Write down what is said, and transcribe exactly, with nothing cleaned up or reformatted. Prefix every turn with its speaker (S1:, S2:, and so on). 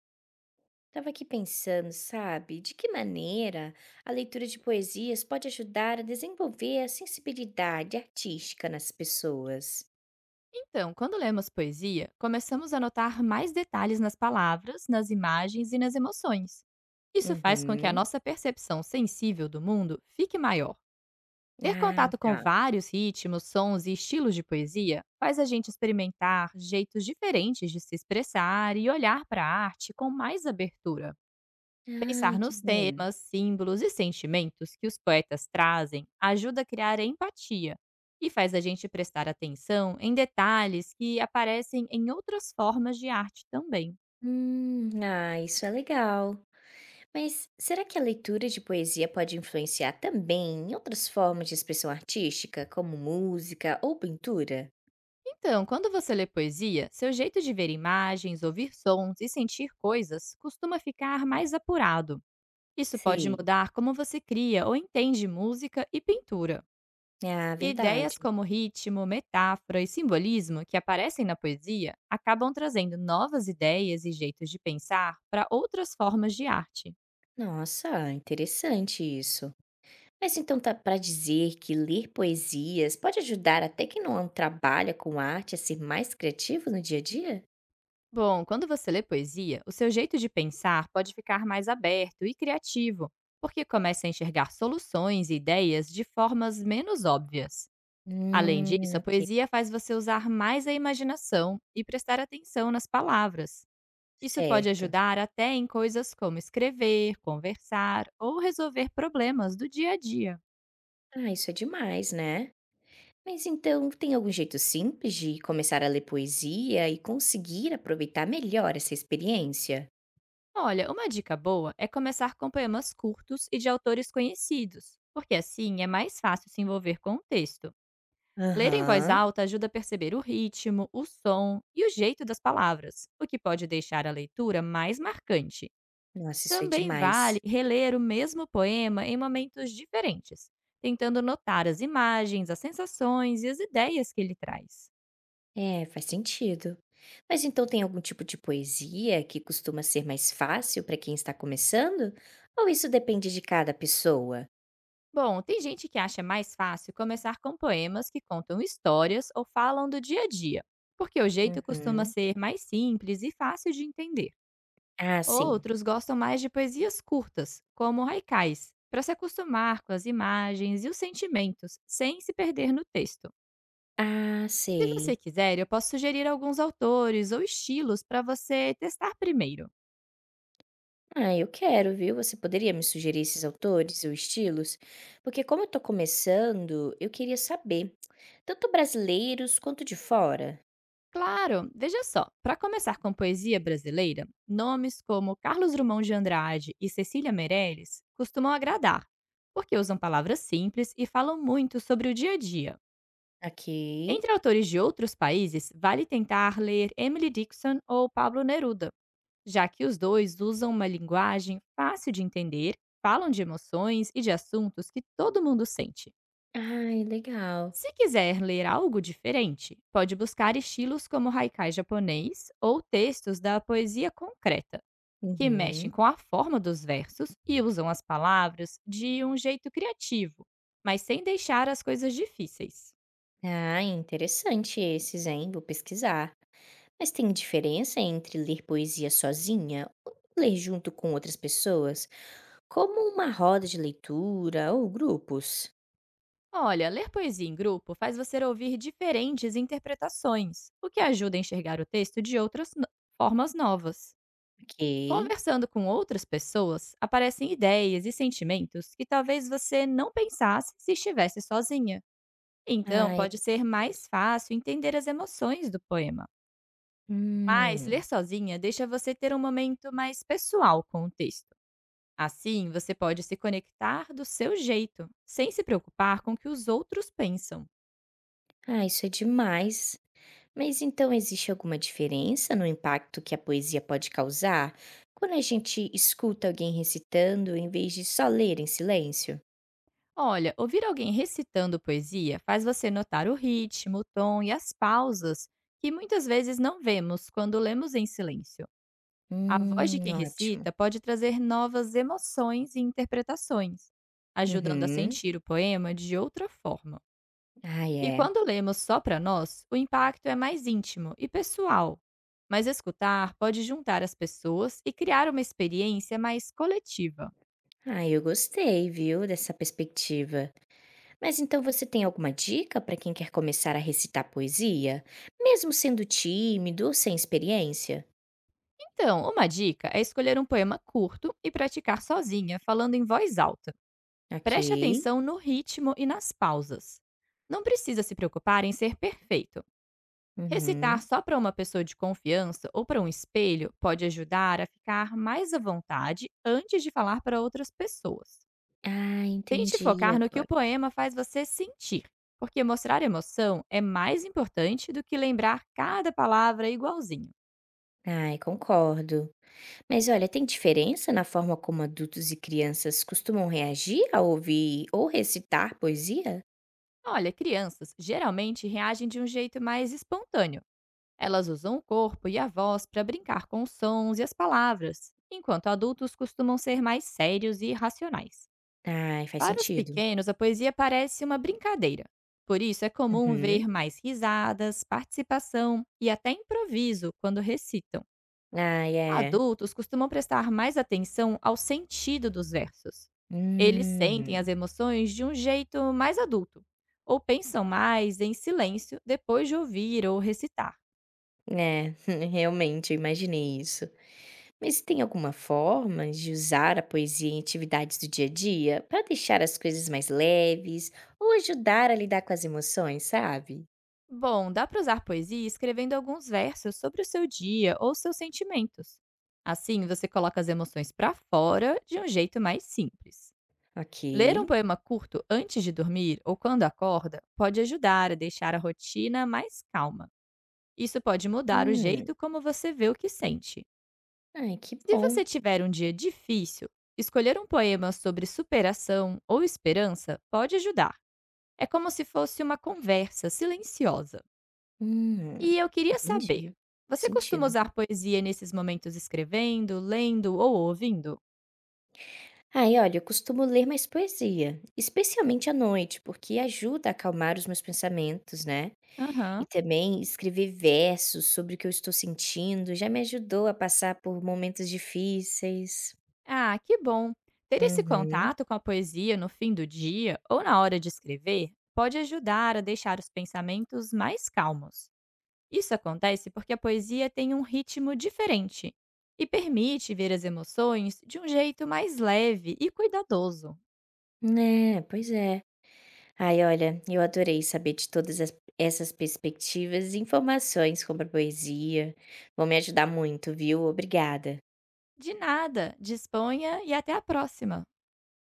S1: Estava aqui pensando, sabe, de que maneira a leitura de poesias pode ajudar a desenvolver a sensibilidade artística nas pessoas?
S2: Então, quando lemos poesia, começamos a notar mais detalhes nas palavras, nas imagens e nas emoções. Isso faz com que a
S1: Uhum.
S2: nossa percepção sensível do mundo fique maior. Ter
S1: Ai,
S2: contato com
S1: tá.
S2: vários ritmos, sons e estilos de poesia faz a gente experimentar jeitos diferentes de se expressar e olhar para a arte com mais abertura.
S1: Ai,
S2: Pensar
S1: que
S2: nos
S1: bom.
S2: temas, símbolos e sentimentos que os poetas trazem ajuda a criar empatia e faz a gente prestar atenção em detalhes que aparecem em outras formas de arte também.
S1: Hum, ah, isso é legal. Mas será que a leitura de poesia pode influenciar também em outras formas de expressão artística, como música ou pintura?
S2: Então, quando você lê poesia, seu jeito de ver imagens, ouvir sons e sentir coisas costuma ficar mais apurado. Isso pode
S1: Sei.
S2: mudar como você cria ou entende música e pintura.
S1: Ah,
S2: E
S1: verdade.
S2: ideias como ritmo, metáfora e simbolismo que aparecem na poesia acabam trazendo novas ideias e jeitos de pensar para outras formas de arte.
S1: Nossa, interessante isso. Mas então tá para dizer que ler poesias pode ajudar até quem não trabalha com arte a ser mais criativo no dia a dia?
S2: Bom, quando você lê poesia, o seu jeito de pensar pode ficar mais aberto e criativo, porque começa a enxergar soluções e ideias de formas menos óbvias. Além
S1: Hum,
S2: disso, a
S1: ok,
S2: poesia faz você usar mais a imaginação e prestar atenção nas palavras. Isso pode
S1: certo.
S2: ajudar até em coisas como escrever, conversar ou resolver problemas do dia a dia.
S1: Ah, isso é demais, né? Mas então tem algum jeito simples de começar a ler poesia e conseguir aproveitar melhor essa experiência?
S2: Olha, uma dica boa é começar com poemas curtos e de autores conhecidos, porque assim é mais fácil se envolver com o texto. Ler em voz
S1: Aham.
S2: alta ajuda a perceber o ritmo, o som e o jeito das palavras, o que pode deixar a leitura mais marcante.
S1: Nossa, isso é
S2: Também
S1: demais.
S2: vale reler o mesmo poema em momentos diferentes, tentando notar as imagens, as sensações e as ideias que ele traz.
S1: É, faz sentido. Mas então tem algum tipo de poesia que costuma ser mais fácil para quem está começando? Ou isso depende de cada pessoa?
S2: Bom, tem gente que acha mais fácil começar com poemas que contam histórias ou falam do dia a dia, porque o jeito costuma
S1: Uhum.
S2: ser mais simples e fácil de entender.
S1: Ah, sim.
S2: Outros gostam mais de poesias curtas, como haikais, para se acostumar com as imagens e os sentimentos, sem se perder no texto.
S1: Ah,
S2: Se
S1: sei.
S2: você quiser, eu posso sugerir alguns autores ou estilos para você testar primeiro.
S1: Ah, eu quero, viu? Você poderia me sugerir esses autores ou estilos? Porque como eu tô começando, eu queria saber, tanto brasileiros quanto de fora.
S2: Claro, veja só. Para começar com poesia brasileira, nomes como Carlos Drummond de Andrade e Cecília Meirelles costumam agradar, porque usam palavras simples e falam muito sobre o dia a dia.
S1: Ok.
S2: Entre autores de outros países, vale tentar ler Emily Dickinson ou Pablo Neruda, já que os dois usam uma linguagem fácil de entender, falam de emoções e de assuntos que todo mundo sente.
S1: Ai, legal.
S2: Se quiser ler algo diferente, pode buscar estilos como haikai japonês ou textos da poesia concreta, que mexem
S1: Uhum.
S2: com a forma dos versos e usam as palavras de um jeito criativo, mas sem deixar as coisas difíceis.
S1: Ah, interessante esses, hein? Vou pesquisar. Mas tem diferença entre ler poesia sozinha ou ler junto com outras pessoas, como uma roda de leitura ou grupos?
S2: Olha, ler poesia em grupo faz você ouvir diferentes interpretações, o que ajuda a enxergar o texto de outras no- formas novas.
S1: Ok.
S2: Conversando com outras pessoas, aparecem ideias e sentimentos que talvez você não pensasse se estivesse sozinha. Então,
S1: Ah,
S2: pode ser mais fácil entender as emoções do poema. Mas
S1: Hum,
S2: ler sozinha deixa você ter um momento mais pessoal com o texto. Assim, você pode se conectar do seu jeito, sem se preocupar com o que os outros pensam.
S1: ah, isso é demais. Mas então existe alguma diferença no impacto que a poesia pode causar quando a gente escuta alguém recitando em vez de só ler em silêncio?
S2: Olha, ouvir alguém recitando poesia faz você notar o ritmo, o tom e as pausas que muitas vezes não vemos quando lemos em silêncio. A voz de
S1: Hum,
S2: quem
S1: ótimo.
S2: recita pode trazer novas emoções e interpretações, ajudando a
S1: Uhum.
S2: sentir o poema de outra forma.
S1: Ah,
S2: E
S1: é.
S2: quando lemos só para nós, o impacto é mais íntimo e pessoal. Mas escutar pode juntar as pessoas e criar uma experiência mais coletiva.
S1: Ah, eu gostei, viu, dessa perspectiva. Mas então você tem alguma dica para quem quer começar a recitar poesia, mesmo sendo tímido ou sem experiência?
S2: Então, uma dica é escolher um poema curto e praticar sozinha, falando em voz alta.
S1: Ok.
S2: Preste atenção no ritmo e nas pausas. Não precisa se preocupar em ser perfeito. Recitar
S1: Uhum.
S2: só para uma pessoa de confiança ou para um espelho pode ajudar a ficar mais à vontade antes de falar para outras pessoas.
S1: Ah,
S2: Tente
S1: entendi
S2: focar no que o
S1: agora.
S2: poema faz você sentir, porque mostrar emoção é mais importante do que lembrar cada palavra igualzinho.
S1: Ai, concordo. Mas olha, tem diferença na forma como adultos e crianças costumam reagir ao ouvir ou recitar poesia?
S2: Olha, crianças geralmente reagem de um jeito mais espontâneo. Elas usam o corpo e a voz para brincar com os sons e as palavras, enquanto adultos costumam ser mais sérios e racionais.
S1: Ai, faz
S2: Para os
S1: sentido.
S2: pequenos, a poesia parece uma brincadeira. Por isso, é comum
S1: Uhum.
S2: ver mais risadas, participação e até improviso quando recitam.
S1: Ai, é.
S2: Adultos costumam prestar mais atenção ao sentido dos versos. Eles sentem as
S1: Hum.
S2: emoções de um jeito mais adulto, ou pensam mais em silêncio depois de ouvir ou recitar.
S1: É, realmente, eu imaginei isso. Mas tem alguma forma de usar a poesia em atividades do dia a dia para deixar as coisas mais leves ou ajudar a lidar com as emoções, sabe?
S2: Bom, dá para usar poesia escrevendo alguns versos sobre o seu dia ou seus sentimentos. Assim, você coloca as emoções para fora de um jeito mais simples.
S1: Ok.
S2: Ler um poema curto antes de dormir ou quando acorda pode ajudar a deixar a rotina mais calma. Isso pode mudar o
S1: Hum.
S2: jeito como você vê o que sente.
S1: Ai, que
S2: Se
S1: bom.
S2: você tiver um dia difícil, escolher um poema sobre superação ou esperança pode ajudar. É como se fosse uma conversa silenciosa.
S1: Hum,
S2: E eu queria saber,
S1: entendi.
S2: você costuma
S1: Sentido.
S2: usar poesia nesses momentos escrevendo, lendo ou ouvindo?
S1: Ai, olha, eu costumo ler mais poesia, especialmente à noite, porque ajuda a acalmar os meus pensamentos, né? E
S2: Aham.
S1: também escrever versos sobre o que eu estou sentindo já me ajudou a passar por momentos difíceis.
S2: Ah, que bom. Ter esse
S1: Uhum.
S2: contato com a poesia no fim do dia ou na hora de escrever pode ajudar a deixar os pensamentos mais calmos. Isso acontece porque a poesia tem um ritmo diferente e permite ver as emoções de um jeito mais leve e cuidadoso.
S1: É, pois é. Ai, olha, eu adorei saber de todas as- essas perspectivas e informações sobre a poesia. Vão me ajudar muito, viu? Obrigada.
S2: De nada, disponha e até a próxima!